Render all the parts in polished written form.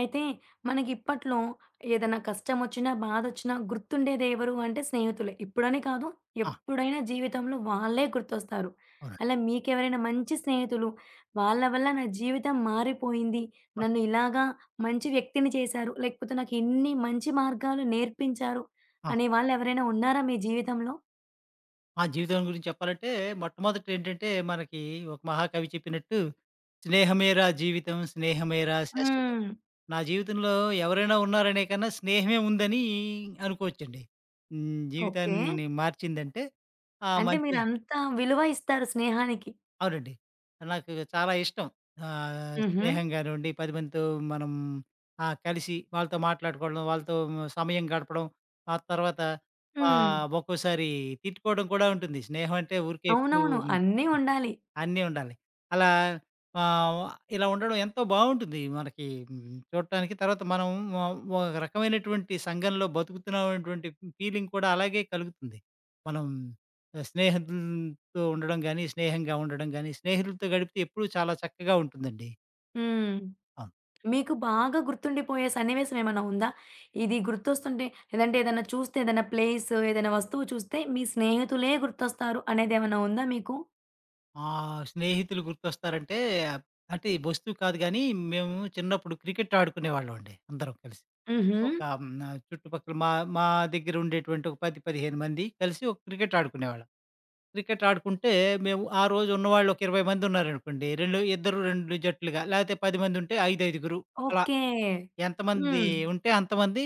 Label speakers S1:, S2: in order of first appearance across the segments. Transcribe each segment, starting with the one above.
S1: అయితే మనకిప్పట్లో ఏదైనా కష్టమొచ్చినా, బాధొచ్చినా గుర్తుండేదెవరు అంటే స్నేహితులే. ఇప్పుడని కాదు,
S2: ఆ!
S1: ఎప్పుడైనా జీవితంలో వాళ్ళే గుర్తొస్తారు.
S2: అవునండి.
S1: అలా మీకెవరైనా మంచి స్నేహితులు, వాళ్ళ వల్ల నా జీవితం మారిపోయింది,
S2: ఆ!
S1: నన్ను ఇలాగా మంచి వ్యక్తిని చేశారు, లేకపోతే నాకిన్ని మంచి మార్గాలు నేర్పించారు
S2: ఆ!
S1: అనే వాళ్ళెవరైనా ఉన్నారా మీ జీవితంలో?
S2: ఆ జీవితం గురించి చెప్పాలంటే, మొట్టమొదట ఏంటంటే, మనకి ఒక మహాకవి చెప్పినట్టు, "స్నేహమేరా జీవితం, స్నేహమేరా శాశ్వతం."
S1: హ్మ్.
S2: నా జీవితంలో ఎవరైనా ఉన్నారనే కన్నా, స్నేహమే ఉందని అనుకోవచ్చండి. హ్మ్.
S1: ఓకే.
S2: జీవితాన్ని మార్చిందంటే, ఆ
S1: అంటే
S2: మంచి
S1: మీరంత విలువ ఇస్తారు స్నేహానికి.
S2: అవునండి. నాకు చాలా ఇష్టం.
S1: హుహు.
S2: స్నేహం గానివ్వండి, 10 మందితో మనం కలిసి వాళ్ళతో మాట్లాడుకోవడం, వాళ్ళతో సమయం గడపడం, ఆ తర్వాత
S1: హ్మ్.
S2: ఒక్కోసారి తిట్టుకోవడం కూడా ఉంటుంది. స్నేహం అంటే ఊరికే ఎప్పుడు
S1: అవునవును. అన్నీ ఉండాలి.
S2: అన్నీ ఉండాలి. అలా ఆహ్, ఇలా ఉండడం ఎంతో బావుంటుంది మనకి హ్మ్. చూడటానికి తర్వాత మనం ఒ ఒక రకమైనటువంటి సంఘంలో బతుకుతున్నామనేటువంటి ఫీలింగ్ కూడా అలాగే కలుగుతుంది. మనం స్నేహితులతో ఉండడం గానీ, స్నేహంగా ఉండడం గానీ, స్నేహితులతో గడిపితే ఎప్పుడూ చాలా చక్కగా ఉంటుందండి.
S1: హ్మ్.
S2: అవును.
S1: మీకు బాగా గుర్తుండిపోయే సన్నివేశం ఏమైనా ఉందా? ఇది గుర్తొస్తుంటే లేదంటే ఏదైనా చూస్తే ఏదైనా ప్లేస్, ఏదైనా వస్తువు చూస్తే మీ స్నేహితులే గుర్తొస్తారు అనేదేమన్నా ఉందా మీకు?
S2: మా స్నేహితులు గుర్తొస్తారంటే, అంటే ఈ వస్తువు కాదు గానీ, మేము చిన్నప్పుడు క్రికెట్ ఆడుకునేవాళ్ళమండి అందరం కలిసి.
S1: హుహు.
S2: ఒక హ్మ్. చుట్టుపక్కల మా మా దగ్గర ఉండేటువంటి ఒక 10, 15 మంది కలిసి ఒక క్రికెట్ ఆడుకునేవాళ్ళం. క్రికెట్ ఆడుకుంటే మేము ఆ రోజు ఉన్నవాళ్ళు ఒక 20 మంది ఉన్నారనుకోండి. 2 ఇద్దరు 2 జట్లుగా లేకపోతే 10 మంది ఉంటే 5, 5గురు అలా
S1: ఓకే.
S2: ఎంతమంది
S1: హ్మ్.
S2: ఉంటే అంతమంది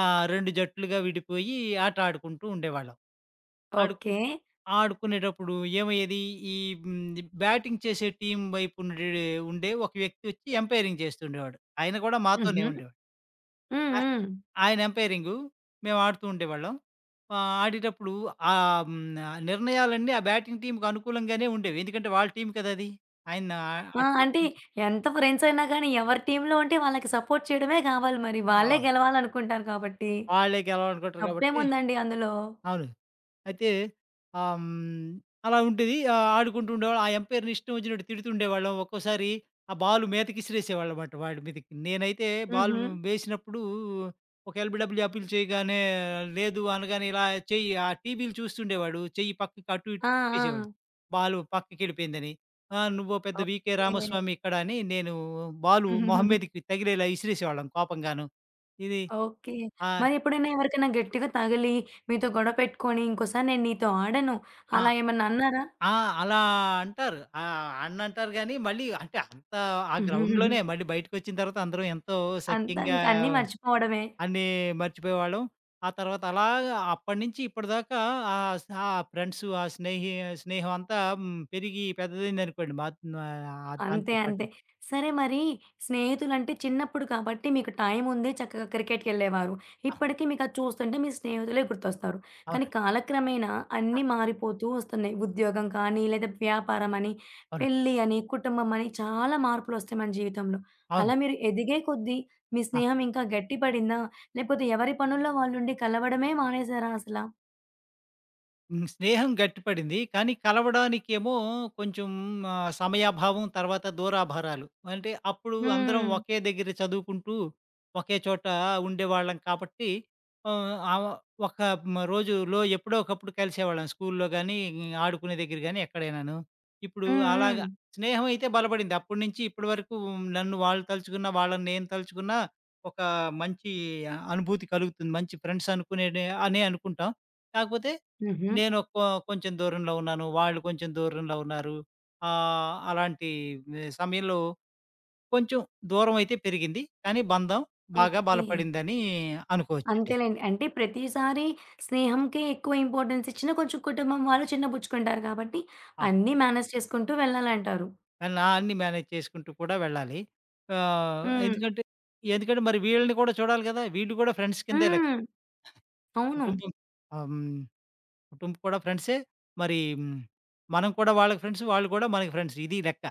S2: 2 జట్లుగా విడిపోయి ఆట ఆడుకుంటూ ఉండేవాళ్ళం. ఆడుకు
S1: ఓకే.
S2: ఆడుకునేటప్పుడు ఏమయ్యేది ఈ హ్మ్. బ్యాటింగ్ చేసే టీమ్ వైపు ఉండే ఉండే ఒక వ్యక్తి వచ్చి ఎంపైరింగ్ చేస్తుండేవాడు. ఆయన కూడా మాతోనే
S1: హుహు.
S2: ఉండేవాడు.
S1: హ్మ్. హ్మ్.
S2: ఆయన ఎంపైరింగు. మేము ఆడుతూ ఉండేవాళ్ళం. ఆడేటప్పుడు ఆ హ్మ్, నిర్ణయాలన్నీ ఆ బ్యాటింగ్ టీమ్‌కి అనుకూలంగానే ఉండేవి. ఎందుకంటే వాళ్ళ టీమ్ కదా అది. ఆయన
S1: ఆ!
S2: అటు పక్క
S1: అంటే
S2: నుంచి
S1: ఎంత ఫ్రెండ్స్ అయినా గానీ ఎవరి టీమ్‌లో ఉంటే వాళ్ళకి సపోర్ట్ చేయడమే గావాలి మరి. వాళ్ళే
S2: ఆ!
S1: గెలవాలనుకుంటారు కాబట్టి.
S2: వాళ్ళే గెలవాలనుకుంటారు కాబట్టి
S1: తప్పేముందండి అందులో?
S2: అవును. అయితే ఆహ్, హ్మ్, అలా ఉండేది. ఆడుకుంటూ ఉండేవాళ్ళం. ఆ ఎంపైర్‌ని ఇష్టం వచ్చినట్టు తిడుతుండేవాళ్ళం. ఒక్కోసారి ఆ బాల్ మీదకి ఇసిరేసేవాళ్ళమాట వాడి మీదకి. నేనైతే బాల్
S1: హుహు.
S2: వేసినప్పుడు ఒక ఎల్‌బి‌డబ్ల్యూ అప్పీల్ చేయగానే లేదు అనగానే ఇలా చెయ్యి ఆ టీవీలు చూస్తుండేవాడు. చెయ్యి పక్కకి అటు ఇటు
S1: ఆ! ఆ!
S2: తిప్పేసేవాడు. బాల్ పక్కకెళ్ళిపోయిందని. "ఆ! నువ్వో పెద్ద 'వీకే
S1: ఓకే.
S2: రామస్వామి' ఇక్కడ" అని నేను బాలు మొహం మీదకి తగిలేలా ఇసిరేసేవాళ్ళం కోపంగాను. ఇది
S1: ఓకే.
S2: ఆ!
S1: మరెప్పుడైనా ఎవరికైనా గట్టిగా తగిలి, మీతో గొడవ పెట్టుకొని, ఇంకోసారి నేను నీతో ఆడను
S2: ఆ!
S1: అలా ఏమన్నా అన్నారా?
S2: ఆ! అలా అంటారు. అన్నంటారు గానీ, మళ్ళీ అంటే అంత ఆ గ్రౌండ్‌లోనే మళ్ళీ బయటకొచ్చిన తర్వాత అందరం ఎంతో
S1: అంతా
S2: సఖ్యంగా
S1: ఇంక అన్నీ మర్చిపోవడమే.
S2: అన్నీ మర్చిపోయేవాళ్ళం. ఆ తర్వాత అలాగా అప్పటినుంచి ఇప్పటిదాకా ఆహ్, స ఆ ఫ్రెండ్సు, ఆ స్నేహి స్నేహం అంతా హ్మ్, పెరిగి పెద్దదయిందనుకోండి. మా
S1: అంతే.
S2: దాంతో పాటు.
S1: అంతే. సరే మరి స్నేహితులంటే చిన్నప్పుడు కాబట్టి మీకు టైముంది చక్కగా క్రికెట్‌కెళ్ళేవారు.
S2: ఆ!
S1: ఇప్పటికి మీకది చూస్తుంటే మీ స్నేహితులే గుర్తొస్తారు. కానీ
S2: అవునండి.
S1: కాలక్రమేణా
S2: ఆ!
S1: అన్నీ మారిపోతూ వస్తున్నాయి. ఉద్యోగం కానీ, లేదా వ్యాపారం అని,
S2: అవును.
S1: పెళ్లి అని, కుటుంబం అని చాలా మార్పులొస్తాయి మన జీవితంలో.
S2: అవును.
S1: అలా మీరు ఎదిగే కొద్దీ మీ
S2: ఆ!
S1: స్నేహం ఇంకా గట్టిపడిందా? లేకపోతే ఎవరి పనుల్లో వాళ్ళుండి కలవడమే మానేసారా అసలా?
S2: హ్మ్. స్నేహం గట్టిపడింది. కానీ కలవడానికేమో కొంచెం సమయాభావం, తర్వాత దూరాభారాలు. అంటే అప్పుడు అందరం
S1: హ్మ్.
S2: ఒకే దగ్గర చదువుకుంటూ, ఒకే చోట ఉండేవాళ్ళం కాబట్టి ఆహ్, ఆవ ఒక రోజులో ఎప్పుడో ఒకప్పుడు కలిసేవాళ్ళం. స్కూల్‌లో గానీ, ఆడుకునే దగ్గర గానీ ఎక్కడైనాను. ఇప్పుడు
S1: హ్మ్. హ్మ్.
S2: అలాగా స్నేహం అయితే బలపడింది. అప్పటినుంచి ఇప్పటి వరకు నన్ను వాళ్ళు తలుచుకున్నా, వాళ్ళని నేను తలుచుకున్నా ఒక మంచి అనుభూతి కలుగుతుంది. మంచి ఫ్రెండ్స్ అనే అనుకుంటాం. కాకపోతే
S1: హుహు.
S2: నేను కొంచెం దూరంలో ఉన్నాను. వాళ్ళు కొంచెం దూరంలో ఉన్నారు. అలాంటి సమయంలో కొంచెం దూరమైతే పెరిగింది. కానీ బంధం బాగా
S1: ఓకే.
S2: బలపడిందని అనుకోవచ్చండి.
S1: అంతేలేండి. అంటే ప్రతిసారి స్నేహంకే ఎక్కువ ఇంపార్టెన్స్ ఇచ్చినా కొంచెం కుటుంబం వాళ్ళు చిన్నబుచ్చుకుంటారు కాబట్టి
S2: ఆ!
S1: అన్నీ మేనేజ్ చేసుకుంటూ వెళ్ళాలంటారు.
S2: నా అన్నీ మేనేజ్ చేసుకుంటూ కూడా వెళ్ళాలి. ఆహ్,
S1: హ్మ్.
S2: ఎందుకంటే ఎందుకంటే మరి వీళ్ళని కూడా చూడాలి కదా! వీళ్ళు కూడా ఫ్రెండ్స్ కిందే లెక్క.
S1: హ్మ్. అవును.
S2: కుటుంబం ఆహ్, హ్మ్. కుటుంబం కూడా ఫ్రెండ్సే. మరి హ్మ్, మనం కూడా వాళ్ళకి ఫ్రెండ్స్. వాళ్ళు కూడా మనకి ఫ్రెండ్స్. ఇది లెక్క.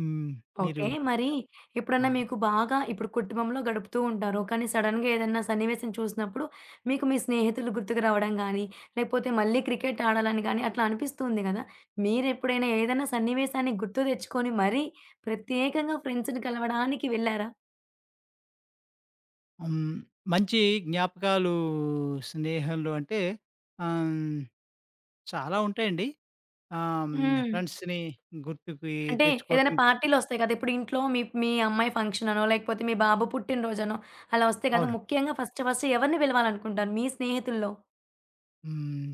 S2: హ్మ్. మీరు
S1: ఓకే. మరి
S2: ఆ!
S1: ఎప్పుడన్నా మీకు బాగా ఇప్పుడు కుటుంబంలో గడుపుతూ ఉంటారు. కానీ సడెన్‌గా ఏదన్నా సన్నివేశం చూసినప్పుడు మీకు మీ స్నేహితులు గుర్తుకు రావడం గానీ, లేకపోతే మళ్ళీ క్రికెట్ ఆడాలని గానీ అట్లా అనిపిస్తుంది గదా! మీరెప్పుడైనా ఏదైనా సన్నివేశాన్ని గుర్తు తెచ్చుకొని మరీ ప్రత్యేకంగా ఫ్రెండ్స్‌ని కలవడానికి వెళ్లారా?
S2: హ్మ్. మంచి జ్ఞాపకాలు స్నేహంలో అంటే ఆహ్, హ్మ్, చాలా ఉంటాయండి.
S1: హ్మ్.
S2: ఫ్రెండ్స్‌ని గుర్తుకి
S1: అంటే ఏదైనా
S2: తెచ్చుకోవటం
S1: పార్టీలొస్తాయి కదా! ఇప్పుడు ఇంట్లో మీ మీ అమ్మాయి ఫంక్షననో, లేకపోతే మీ బాబు పుట్టినరోజనో అలా వస్తే కదా!
S2: అవును.
S1: ముఖ్యంగా ఫస్ట్ ఫస్ట్ ఎవరిని పిలవాలనుకుంటారు మీ స్నేహితుల్లో?
S2: హ్మ్.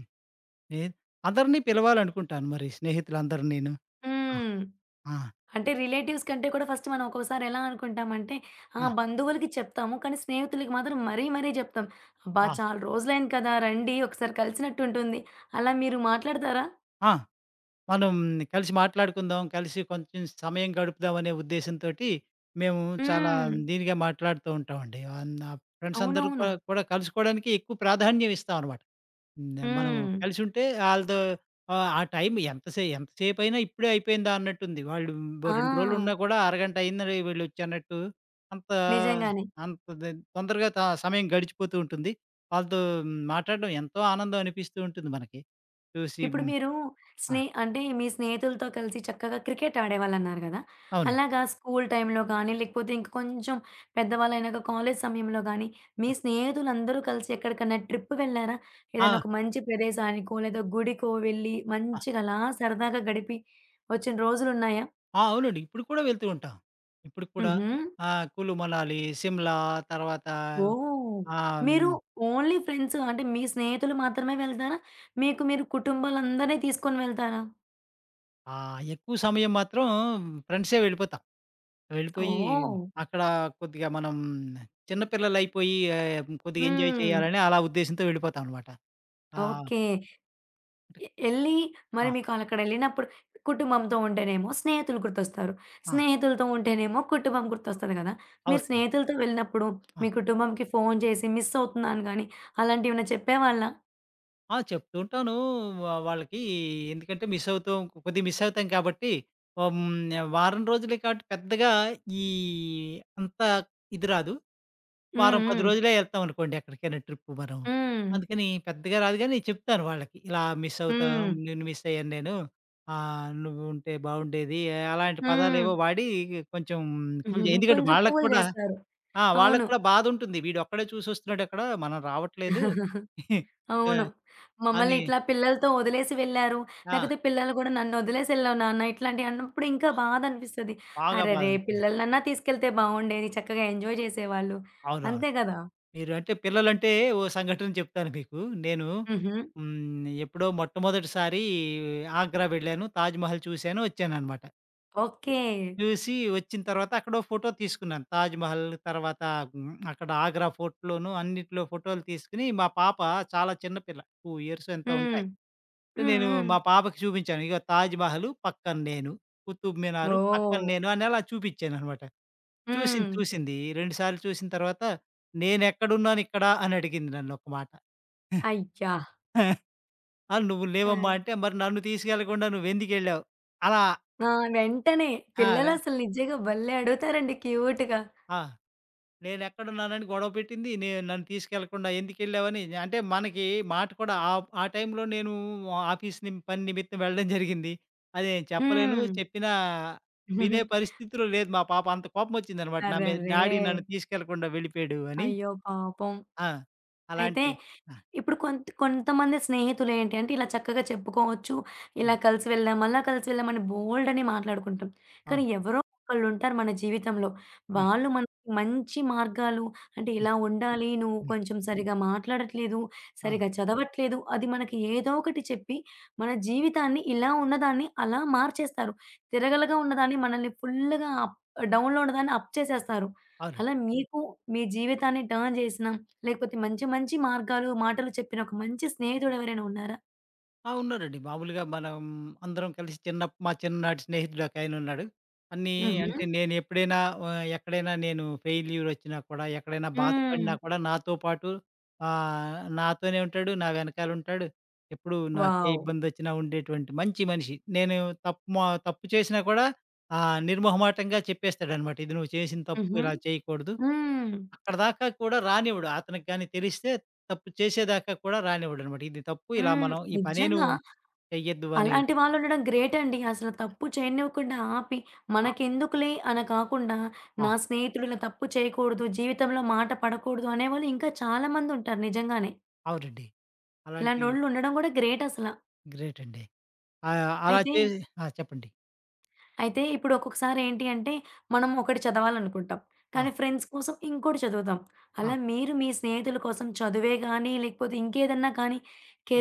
S2: ఏ అందరిని పిలవాలనుకుంటాను మరి స్నేహితులందరినీను. ఆ!
S1: హ్మ్.
S2: ఆ!
S1: అంటే రిలేటివ్స్ కంటే కూడా ఫస్ట్ మనం ఒక్కోసారి ఎలా అనుకుంటామంటే, ఆ!
S2: ఆ!
S1: బంధువులకి చెప్తాము. కానీ స్నేహితులకి మాత్రం మరీ మరీ చెప్తాం. అబ్బా!
S2: ఆ!
S1: చాలా రోజులైంది కదా! రండి ఒకసారి కలిసినట్టుంటుంది. అలా మీరు మాట్లాడతారా?
S2: ఆ! మనం కలిసి మాట్లాడుకుందాం, కలిసి కొంచెం సమయం గడుపుదాం అనే ఉద్దేశంతోటి మేము చాలా
S1: హ్మ్.
S2: దీనిగా మాట్లాడుతూ ఉంటామండి. నా ఫ్రెండ్స్ అందరూ
S1: అవునవును.
S2: కూడా కూడా కలుసుకోవడానికి ఎక్కువ ప్రాధాన్యం ఇస్తామనమాట. హ్మ్. మనం
S1: హ్మ్.
S2: కలిసుంటే ఆళ్ళతో ఆహ్, ఆ ఆ టైం ఎంత సేపయినా ఇప్పుడే అయిపోయిందా అన్నట్టుంది. వాళ్ళు ఓ 2
S1: ఆ!
S2: రోజులున్నా కూడా అరగంట అయిందిరే వీళ్ళొచ్చన్నట్టు అంత
S1: నిజంగానే.
S2: అంత ద తొందరగా సమయం గడిచిపోతూ ఉంటుంది. వాళ్ళతో మ్, మాట్లాడడం ఎంతో ఆనందం అనిపిస్తూ ఉంటుంది మనకి. చూసి
S1: ఇప్పుడు
S2: హ్మ్.
S1: మీరు
S2: ఆ!
S1: అంటే మీ స్నేహితులతో కలిసి చక్కగా క్రికెట్ ఆడేవాళ్ళన్నారు గదా!
S2: అవునండి.
S1: అలాగా స్కూల్ టైంలో గానీ, లేకపోతే ఇంక కొంచెం పెద్దవాళ్ళైనాక కాలేజ్ సమయంలో గానీ, మీ
S2: ఆ!
S1: స్నేహితులందరూ కలిసి ఎక్కడికన్నా ట్రిప్ వెళ్లారా?
S2: ఆ!
S1: ఏదైనా ఒక మంచి ప్రదేశానికో, లేదా గుడికో వెళ్ళి
S2: ఆ!
S1: మంచిగా అలా సరదాగా గడిపి వచ్చిన రోజులున్నాయా?
S2: ఆ! అవునండి. ఇప్పుడు కూడా వెళ్తూ ఉంటాం. ఇప్పుడు కూడా
S1: హుహు.
S2: కులు, మనాలి, సిమ్లా తర్వాత
S1: ఓహ్!
S2: ఆహ్, హ్మ్,
S1: మీరు ఓన్లీ ఫ్రెండ్స్ అంటే మీ స్నేహితులు మాత్రమే వెళ్తారా? మీకు మీరు కుటుంబాలందరిని తీసుకొని వెళ్తారా?
S2: ఎక్కువ సమయం మాత్రం ఫ్రెండ్సే వెళ్ళిపోతాం. వెళ్ళిపోయి
S1: ఓహ్!
S2: అక్కడ కొద్దిగా మనం చిన్న పిల్లలయిపోయి కొద్దిగా ఎంజాయ్
S1: హ్మ్.
S2: చేయాలని అలా ఉద్దేశంతో వెళ్ళిపోతాం అనమాట. ఆహ్,
S1: ఓకే.
S2: అంటే
S1: ఎ ఎళ్ళి మరి
S2: ఆ!
S1: మీకు అక్కడెళ్ళినప్పుడు కుటుంబంతో ఉంటేనేమో స్నేహితులు గుర్తొస్తారు.
S2: ఆ!
S1: స్నేహితులతో ఉంటేనేమో కుటుంబం గుర్తొస్తది గదా! మీరు
S2: అవునండి.
S1: స్నేహితులతో వెళ్ళినప్పుడు
S2: ఆ!
S1: మీ కుటుంబంకి ఫోను చేసి మిస్ అవుతున్నాను గాని అలాంటివేమైనా చెప్పేవాళ్ళా?
S2: ఆ! చెప్తూ ఉంటాను వాళ్ళకి. ఎందుకంటే మిస్ అవుతాం కొద్దిగా మిస్ అవుతాం కాబట్టి హ్మ్. వారం రోజులే కాబట్టి పెద్దగా ఈ అంత ఇది రాదు.
S1: హ్మ్.
S2: వారం 10
S1: హ్మ్.
S2: రోజులే ఎళ్తామనుకోండి ఎక్కడికైనా ట్రిప్పు మనం.
S1: హ్మ్.
S2: అందుకని పెద్దగా రాదు గానీ చెప్తాను వాళ్ళకి. ఇలా మిస్ అవుతాను,
S1: హ్మ్.
S2: నిన్ను మిస్ అయ్యాను నేను. నువ్వు ఉంటే బావుండేది. అలాంటి
S1: హ్మ్.
S2: పదాలేవో వాడి కొంచెం కూల్ జే ఎందుకంటే
S1: కొంచెం
S2: వాళ్ళకి
S1: కూల్
S2: కూడా
S1: జేస్తారు.
S2: వాళ్ళకి
S1: అవును.
S2: కూడా బాధుంటుంది. వీడొక్కడే చూసొస్తున్నాడు అక్కడ. మనం రావట్లేదు. ఆ!
S1: అవును. మమ్మల్ని
S2: అని
S1: ఇట్లా పిల్లలతో వదిలేసి వెళ్లారు.
S2: ఆ!
S1: లేకపోతే పిల్లలు గూడా నన్నొదిలేసి ఎళ్ళావు నాన్న ఇట్లాంటియి అన్నప్పుడు ఇంకా బాధ అనిపిస్తది.
S2: బాగా బాధ
S1: అరెరే!
S2: ఉంటాయి.
S1: పిల్లలనన్నా తీసుకెళ్తే బావుండేది. చక్కగా ఎంజాయ్ చేసేవాళ్ళు.
S2: అవునవును.
S1: అంతే గదా!
S2: మీరు అంటే పిల్లలంటే ఓ సంఘటన చెప్తాను మీకు. నేను
S1: హుహు.
S2: హ్మ్. ఎప్పుడో మొట్టమొదటిసారి ఆగ్రా వెళ్ళాను. తాజ్‌మహల్ చూసాను, వచ్చాననమాట. ఎ
S1: ఓకే.
S2: చూసి వచ్చిన తర్వాత అక్కడో ఫోటో తీసుకున్నాను. తాజ్‌మహల్ తర్వాత హ్మ్. అక్కడ ఆగ్రా ఫోర్ట్‌లోను అన్నిట్లో ఫోటోలు తీసుకొని మా పాప చాలా చిన్న పిల్ల. 2 ఇయర్స్ ఎంతో
S1: హ్మ్.
S2: ఉంటాయి. అంటే
S1: హ్మ్.
S2: నేను
S1: హ్మ్.
S2: మా పాపకి చూపించాను. ఇగో తాజ్‌మహల్ పక్కన నేను, కుతుబ్ మినార్ పక్కన
S1: ఓహ్!
S2: నేను అని అలా చూపించాననమాట.
S1: హ్మ్.
S2: చూసింది. 2 సార్లు చూసిన తర్వాత నేనెక్కడున్నాను ఇక్కడ అని అడిగింది నన్ను ఒక మాట.
S1: అయ్యా!
S2: "నువ్వు
S1: ఆ!
S2: లేవమ్మా" అంటే మరి నన్ను తీసుకెళ్ళకుండా నువ్వెందుకెళ్ళావు? అలా
S1: ఆ! వెంటనే
S2: ఆ! వె
S1: పిల్లలసలు నిజంగా భలే అడుగుతారండి క్యూట్‌గా.
S2: ఆ! నేనెక్కడున్నానని గొడవ పెట్టింది. నన్ను తీసుకెళ్ళకుండా ఎందుకెళ్ళావని అంటే మనకి మాట కూడా ఆ ఆ టైంలో నేను ఆఫీస్ నిం పని నిమిత్తం వెళ్ళడం జరిగింది. అదే చెప్పలేను.
S1: హ్మ్.
S2: చెప్పినా వినే పరిస్థితిలో లేదు మా పాప. అంత కోపమొచ్చిందనమాట నా మీద.
S1: అరెరే!
S2: డాడీ నన్ను తీసుకెళ్ళకుండా వెళ్ళిపోయాడు అని.
S1: అయ్యో పాపం!
S2: ఆ!
S1: అయితే
S2: అలాంటి ఆ!
S1: ఇప్పుడు కొంతమంది స్నేహితులేంటి అంటే, ఇలా చక్కగా చెప్పుకోవచ్చు. ఇలా
S2: హ్మ్.
S1: కలిసి వెళ్ళాం, అలా కలిసి వెళ్ళామని బోలెడన్ని మాట్లాడుకుంటాం. కానీ
S2: అవును.
S1: ఎవరో ఒకళ్ళుంటారు మన జీవితంలో.
S2: హ్మ్.
S1: వాళ్ళు మనకి మంచి మార్గాలు అంటే,
S2: హ్మ్.
S1: ఇలా ఉండాలి, నువ్వు
S2: హ్మ్.
S1: కొంచెం సరిగ్గా మాట్లాడట్లేదు,
S2: అవును.
S1: సరిగ్గా చదవట్లేదు అది మనకి ఏదో ఒకటి చెప్పి, మన జీవితాన్ని ఇలా ఉన్నదాన్ని అలా మార్చేస్తారు. తిరగలగా ఉన్నదాన్ని మనల్ని ఫుల్లుగా డౌన్‌లో ఉన్నదాన్ని అప్ చేసేస్తారు.
S2: అవునండి.
S1: అలా మీకు మీ జీవితాన్ని టర్న్ చేసిన లేకపోతే మంచి మంచి మార్గాలు, మాటలు చెప్పిన ఒక మంచి స్నేహితుడెవరైనా ఉన్నారా?
S2: ఉన్నారండి. మామూలుగా మనం అందరం కలిసి చిన్ననాటి స్నేహితుడొకాయనున్నాడు. అన్నీ
S1: హుహు.
S2: అంటే నేనెప్పుడైనా ఎక్కడైనా నేను ఫెయిల్యూర్ వచ్చినా కూడా, ఎక్కడైనా
S1: హ్మ్.
S2: బాధపడినా కూడా నాతో పాటు నాతోనే ఉంటాడు. నా వెనకాలుంటాడు. ఎప్పుడు నాకే
S1: వావ్!
S2: ఇబ్బందొచ్చినా ఉండేటువంటి మంచి మనిషి. నేను తప్పు చేసినా కూడా నిర్మొహమాటంగా చెప్పేస్తాడనమాట. ఇది నువ్వు చేసిన తప్పు.
S1: హుహు.
S2: ఇలా చేయకూడదు.
S1: హ్మ్.
S2: అక్కడ దాకా కూడా రానివ్వడు. అతనికి గాని తెలిస్తే తప్పు చేసేదాకా కూడా రానివ్వడనమాట. ఇది తప్పు ఇలా
S1: హ్మ్.
S2: మనం ఈ పనే
S1: నిజంగా
S2: నువ్వు చెయ్యొద్దు అని.
S1: అలాంటి వాళ్ళుండడం గ్రేటండి. అసలు తప్పు చేయనివ్వకుండా ఆపి,
S2: ఆ!
S1: మనకెందుకులే అని కాకుండా,
S2: ఆ!
S1: నా స్నేహితుడు ఇలా తప్పు చేయకూడదు, జీవితంలో మాట పడకూడదు అనేవాళ్ళు ఇంకా చాలా మందుంటారు నిజంగానే.
S2: అవునండి. అలాంటి
S1: ఇలాంటోళ్ళు ఉండడం గూడా గ్రేటసల.
S2: గ్రేట్ అండి. ఆహ్, అలా
S1: అయితే
S2: చే చెప్పండి.
S1: అయితే ఇప్పుడు ఒక్కొక్కసారి ఏంటి అంటే, మనం ఒకటి చదవాలనుకుంటాం.
S2: ఆ!
S1: కానీ ఫ్రెండ్స్ కోసం ఇంకోటి చదువుతాం. అలా
S2: ఆ!
S1: మీరు మీ స్నేహితుల కోసం చదువే గానీ, లేకపోతే ఇంకేదన్నా కానీ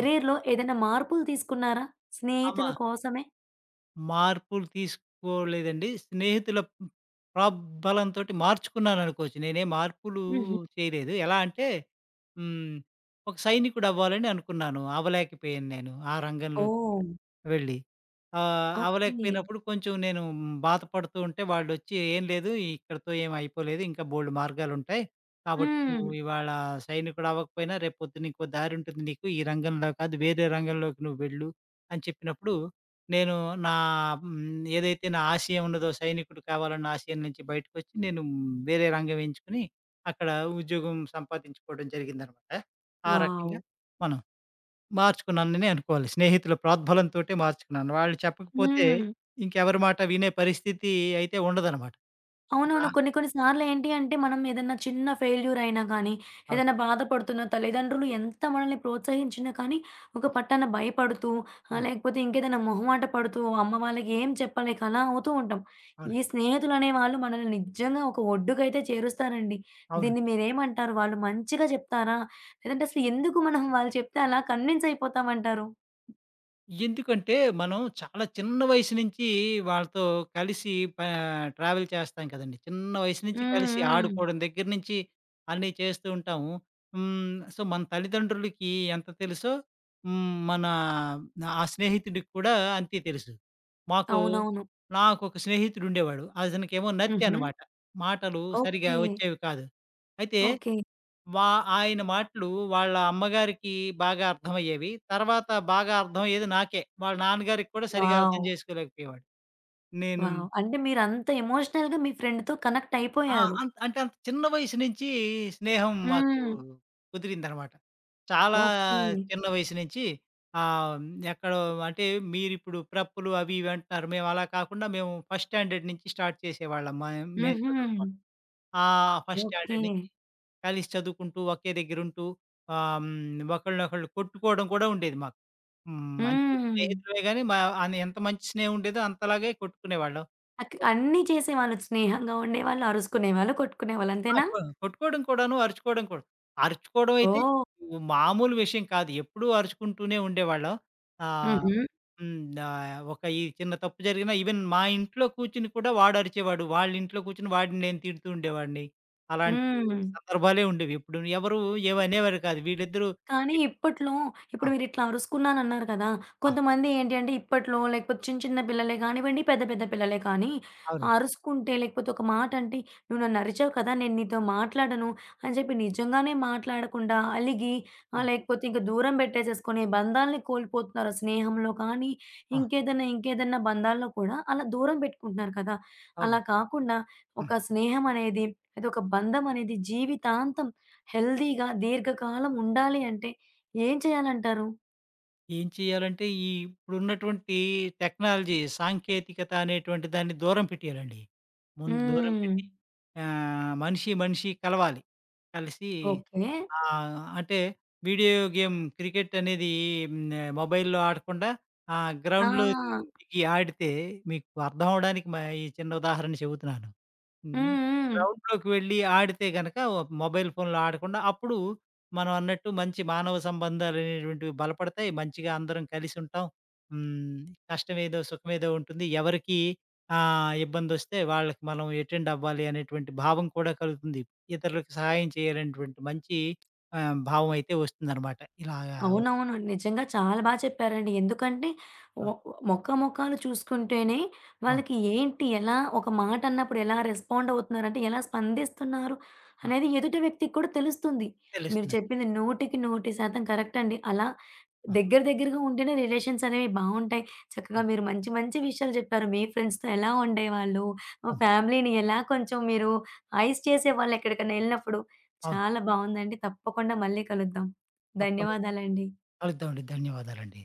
S2: ఆ!
S1: ఏదైనా మార్పులు తీసుకున్నారా?
S2: ఆమ
S1: స్నేహితుల కోసమే?
S2: మార్పులు తీసుకోలేదండి. స్నేహితుల హ్మ్, ప్రోద్బలంతోటి మార్చుకున్నాననుకోవచ్చు. నేనేం మార్పులు
S1: హుహు.
S2: చేయలేదు. ఎలా అంటే హ్మ్, ఒక సైనికుడవ్వాలని అనుకున్నాను. అవ్వలేకపోయాను నేను ఆ రంగంలోకి.
S1: ఓహ్!
S2: వెళ్ళి.
S1: ఓకే.
S2: అవ్వలేకపోయినప్పుడు కొంచెం నేను బాధపడుతూ ఉంటే వాళ్ళొచ్చి "ఏం లేదు ఇక్కడితో ఏం అయిపోలేదు. ఇంకా బోలెడు మార్గాలుంటాయి. కాబట్టి
S1: హ్మ్.
S2: నువ్వు ఇవాళ సైనికుడవ్వకపోయినా రేపు పొద్దున ఇంకో దారుంటుంది నీకు. ఈ రంగంలో కాదు వేరే రంగంలోకి నువ్వు వెళ్ళు" అని చెప్పినప్పుడు నేను నా హ్మ్, ఏదైతే నా ఆశయం ఉన్నదో సైనికుడు కావాలన్న ఆశయం నుంచి బయటకొచ్చి నేను వేరే రంగం ఎంచుకొని అక్కడ ఉద్యోగం సంపాదించుకోవడం జరిగిందనమాట. ఆ
S1: వావ్!
S2: రకంగా మనం మార్చుకున్నాననే అనుకోవాలి. స్నేహితుల ప్రోద్బలంతోటే మార్చుకున్నాను. వాళ్ళు చెప్పకపోతే
S1: హ్మ్.
S2: ఇంకెవరి మాట వినే పరిస్థితి అయితే ఉండదనమాట. నా
S1: అవునవును. కొన్ని కొన్ని సార్లేంటి అంటే, మనం ఏదన్నా చిన్న ఫెయిల్యూర్ అయినా గానీ,
S2: అవును.
S1: ఏదైనా బాధపడుతున్న తల్లిదండ్రులు ఎంత మనల్ని ప్రోత్సహించినా కానీ, ఒక పట్టాన భయపడుతూ,
S2: అవును.
S1: లేకపోతే ఇంకేదైనా మొహమాట పడుతూ, అమ్మ వాళ్ళకి ఏం చెప్పలేక అలా అవుతూ ఉంటాం.
S2: అవును.
S1: ఈ స్నేహితులనే వాళ్ళు మనల్ని నిజంగా ఒక ఒడ్డుకైతే చేరుస్తారండి.
S2: అవును.
S1: దీన్ని మీరేమంటారు? వాళ్ళు మంచిగా చెప్తారా? లేదంటే అసలు ఎందుకు మనం వాళ్ళు చెప్తే అలా కన్విన్స్ అయిపోతామంటారు?
S2: ఎందుకంటే, మనం చాలా చిన్న వయసు నుంచి వాళ్ళతో కలిసి పా ట్రావెల్ చేస్తాం కదండీ. చిన్న వయసు నుంచి
S1: హ్మ్.
S2: కలిసి
S1: హ్మ్.
S2: ఆడుకోవడం దగ్గర నుంచి అన్నీ చేస్తూ ఉంటాము. హ్మ్. సో, మన తల్లిదండ్రులకి ఎంత తెలుసో, హ్మ్, మన ఆ స్నేహితుడికి కూడా అంతే తెలుసు. మాకు
S1: అవునవును.
S2: నాకొక స్నేహితుడుండేవాడు. అతనికేమో నత్తి
S1: హుహు.
S2: అనమాట. మాటలు సరిగ్గా
S1: ఓకే.
S2: వచ్చేవి కాదు. అయితే
S1: ఓకే.
S2: వా ఆయన మాటలు వాళ్ళ అమ్మగారికి బాగా అర్థమయ్యేవి. తర్వాత బాగా అర్థమయ్యేది నాకే. వాళ్ళ నాన్నగారికి కూడా సరిగ్గా అర్థం
S1: వావ్!
S2: చేసుకోలేకపోయేవాడు. నేను
S1: వావ్! అంటే మీరంత ఎమోషనల్‌గా మీ ఫ్రెండ్‌తో కనెక్ట్
S2: ఆ!
S1: అయిపోయారు.
S2: అంత్ అంటే అంత చిన్న వయసు నుంచి స్నేహం మాకు
S1: హ్మ్.
S2: కుదిరిందనమాట. చాలా
S1: ఓకే.
S2: చిన్న వయసు నుంచి ఆహ్, ఎక్కడో అంటే మీరిప్పుడు ప్రప్పులు అవి ఇవి అంటున్నారు. మేము అలా కాకుండా మేము ఫస్ట్ స్టాండర్డ్ నుంచి స్టార్ట్ చేసేవాళ్ళం. మేము
S1: హుహు.
S2: చదువుకోవడం. ఆ! First
S1: okay.
S2: స్టాండర్డ్ నుంచి కలిసి చదువుకుంటూ, ఒకే దగ్గరుంటూ ఒకళ్ళనొకళ్ళు కొట్టుకోవడం కూడా ఉండేది మాకు. హ్మ్, మంచి
S1: హ్మ్.
S2: స్నేహితులమే గాని మా అని ఎంత మంచి స్నేహం ఉండేదో అంతలాగే కొట్టుకునేవాళ్ళం. కొట్
S1: అన్నీ చేసేవాళ్ళు. స్నేహంగా ఉండేవాళ్ళు, అరుసుకునేవాళ్ళు, కొట్టుకునేవాళ్ళు.
S2: ఆ!
S1: అంతేనా?
S2: కొ కొట్టుకోవడం కూడాను, అరుచుకోవడం కూడా. అరుచుకోవడం అయితే
S1: ఓహ్!
S2: మామూలు విషయం కాదు. ఎప్పుడూ అరుచుకుంటూనే ఉండేవాళ్ళం. ఆ!
S1: హుహు.
S2: హ్మ్. ఒక ఈ చిన్న తప్పు జరిగినా ఈవెన్ మా ఇంట్లో కూర్చొని కూడా వాడు అరిచేవాడు. వాళ్ళ ఇంట్లో కూర్చొని వాడిని నేను తిడుతూ ఉండేవాడిని. అలాంటి
S1: హ్మ్.
S2: సందర్భాలే ఉండేవి. ఎప్పుడు ఎవరు ఏమనేవారు కాదు. వీళ్ళిద్దరూ
S1: కానీ ఇప్పట్లో
S2: ఆ!
S1: ఇప్పుడు మీరిట్లా అరుసుకున్నానన్నారు కదా!
S2: ఆ!
S1: కొంతమంది ఏంటి అంటే ఇప్పట్లో లేకపోతే చిన్న చిన్న పిల్లలే కానివ్వండి, పెద్ద పెద్ద పిల్లలే కానీ ఆ
S2: అవునండి.
S1: అరుసుకుంటే లేకపోతే ఒక మాట అంటే, "నువ్వు నన్నరిచావు కదా! నేను నీతో మాట్లాడను" అని చెప్పి నిజంగానే మాట్లాడకుండా అలిగి
S2: ఆ!
S1: లేకపోతే ఇంక దూరం పెట్టేసేసుకొని బంధాల్ని కోల్పోతున్నారు. స్నేహంలో కానీ,
S2: ఆ!
S1: ఇంకేదైనా ఇంకేదైనా బంధాల్లో కూడా అలా దూరం పెట్టుకుంటున్నారు కదా! అలా
S2: అవునండి.
S1: కాకుండా ఒక
S2: హ్మ్.
S1: స్నేహం అనేది అదొక బంధం అనేది జీవితాంతం హెల్తీగా దీర్ఘకాలం ఉండాలి అంటే ఏం చేయాలంటారు?
S2: ఏం చేయాలంటే, ఈ ఇప్పుడున్నటువంటి టెక్నాలజీ, సాంకేతికత అనేటువంటి దాన్ని దూరం పెట్టేయాలండి. ముందు దూరం
S1: హ్మ్.
S2: పెట్టి మనిషి, మనిషి కలవాలి. కలిసి
S1: ఓకే.
S2: అంటే వీడియో గేమ్ క్రికెట్ అనేది మొబైల్‌లో ఆడకుండా గ్రౌండ్‌లో
S1: ఆ!
S2: దిగి ఆడితే మీకు అర్థం అవ్వడానికి మా ఈ చిన్న ఉదాహరణ చెబుతున్నాను. హ్మ్.
S1: హ్మ్. హ్మ్.
S2: గ్రౌండ్‌లోకి వెళ్ళి ఆడితే గనక మొబైల్ ఫోన్‌లో ఆడకుండా అప్పుడు మనం అన్నట్టు మంచి మానవ సంబంధాలనేటువంటివి బలపడతాయి. మంచిగా అందరం కలిసుంటాం. హ్మ్. కష్టమేదో సుఖమేదో ఉంటుంది. ఎవరికి ఇబ్బందొస్తే వాళ్ళకి మనం ఎటెండ్ అవ్వాలి అనేటువంటి భావం కూడా కలుగుతుంది. ఇతరులకు సహాయం చేయాలనేటువంటి మంచి భావం అయితే వస్తుందనమాట. ఇలాగా అవును.
S1: అవునవును. నిజంగా చాలా బా చెప్పారండి. ఎందుకంటే ఒ మొఖాలు చూసుకుంటేనే
S2: అవును.
S1: వాళ్ళకి ఏంటి, ఎలా ఒక మాట అన్నప్పుడు ఎలా రెస్పాండ్ అవుతున్నారంటే, ఎలా స్పందిస్తున్నారు
S2: ఆ!
S1: అనేది ఎదుటి వ్యక్తికి కూడా తెలుస్తుంది. మీరు
S2: తెలుస్తుంది.
S1: చెప్పింది నూటికి నూటి శాతం కరెక్ట్ అండి. అలా
S2: ఆ!
S1: దగ్గర దగ్గరగా ఉంటేనే రిలేషన్స్ అనేవి బావుంటాయి. చక్కగా
S2: అవును.
S1: మీరు మంచి మంచి విషయాలు చెప్పారు. మీ ఫ్రెండ్స్‌తో ఎలా ఉండేవాళ్ళు,
S2: అవును.
S1: ఫ్యామిలీని ఎలా కొంచెం మీరు ఐస్ చేసేవాళ్ళు ఎక్కడికైనా ఎళ్ళినప్పుడు.
S2: అవును.
S1: చాలా బావుందండి. తప్పకుండా మళ్ళీ కలుద్దాం.
S2: తప్పకుండా
S1: ధన్యవాదాలండి.
S2: కలుద్దామండి. ధన్యవాదాలండి.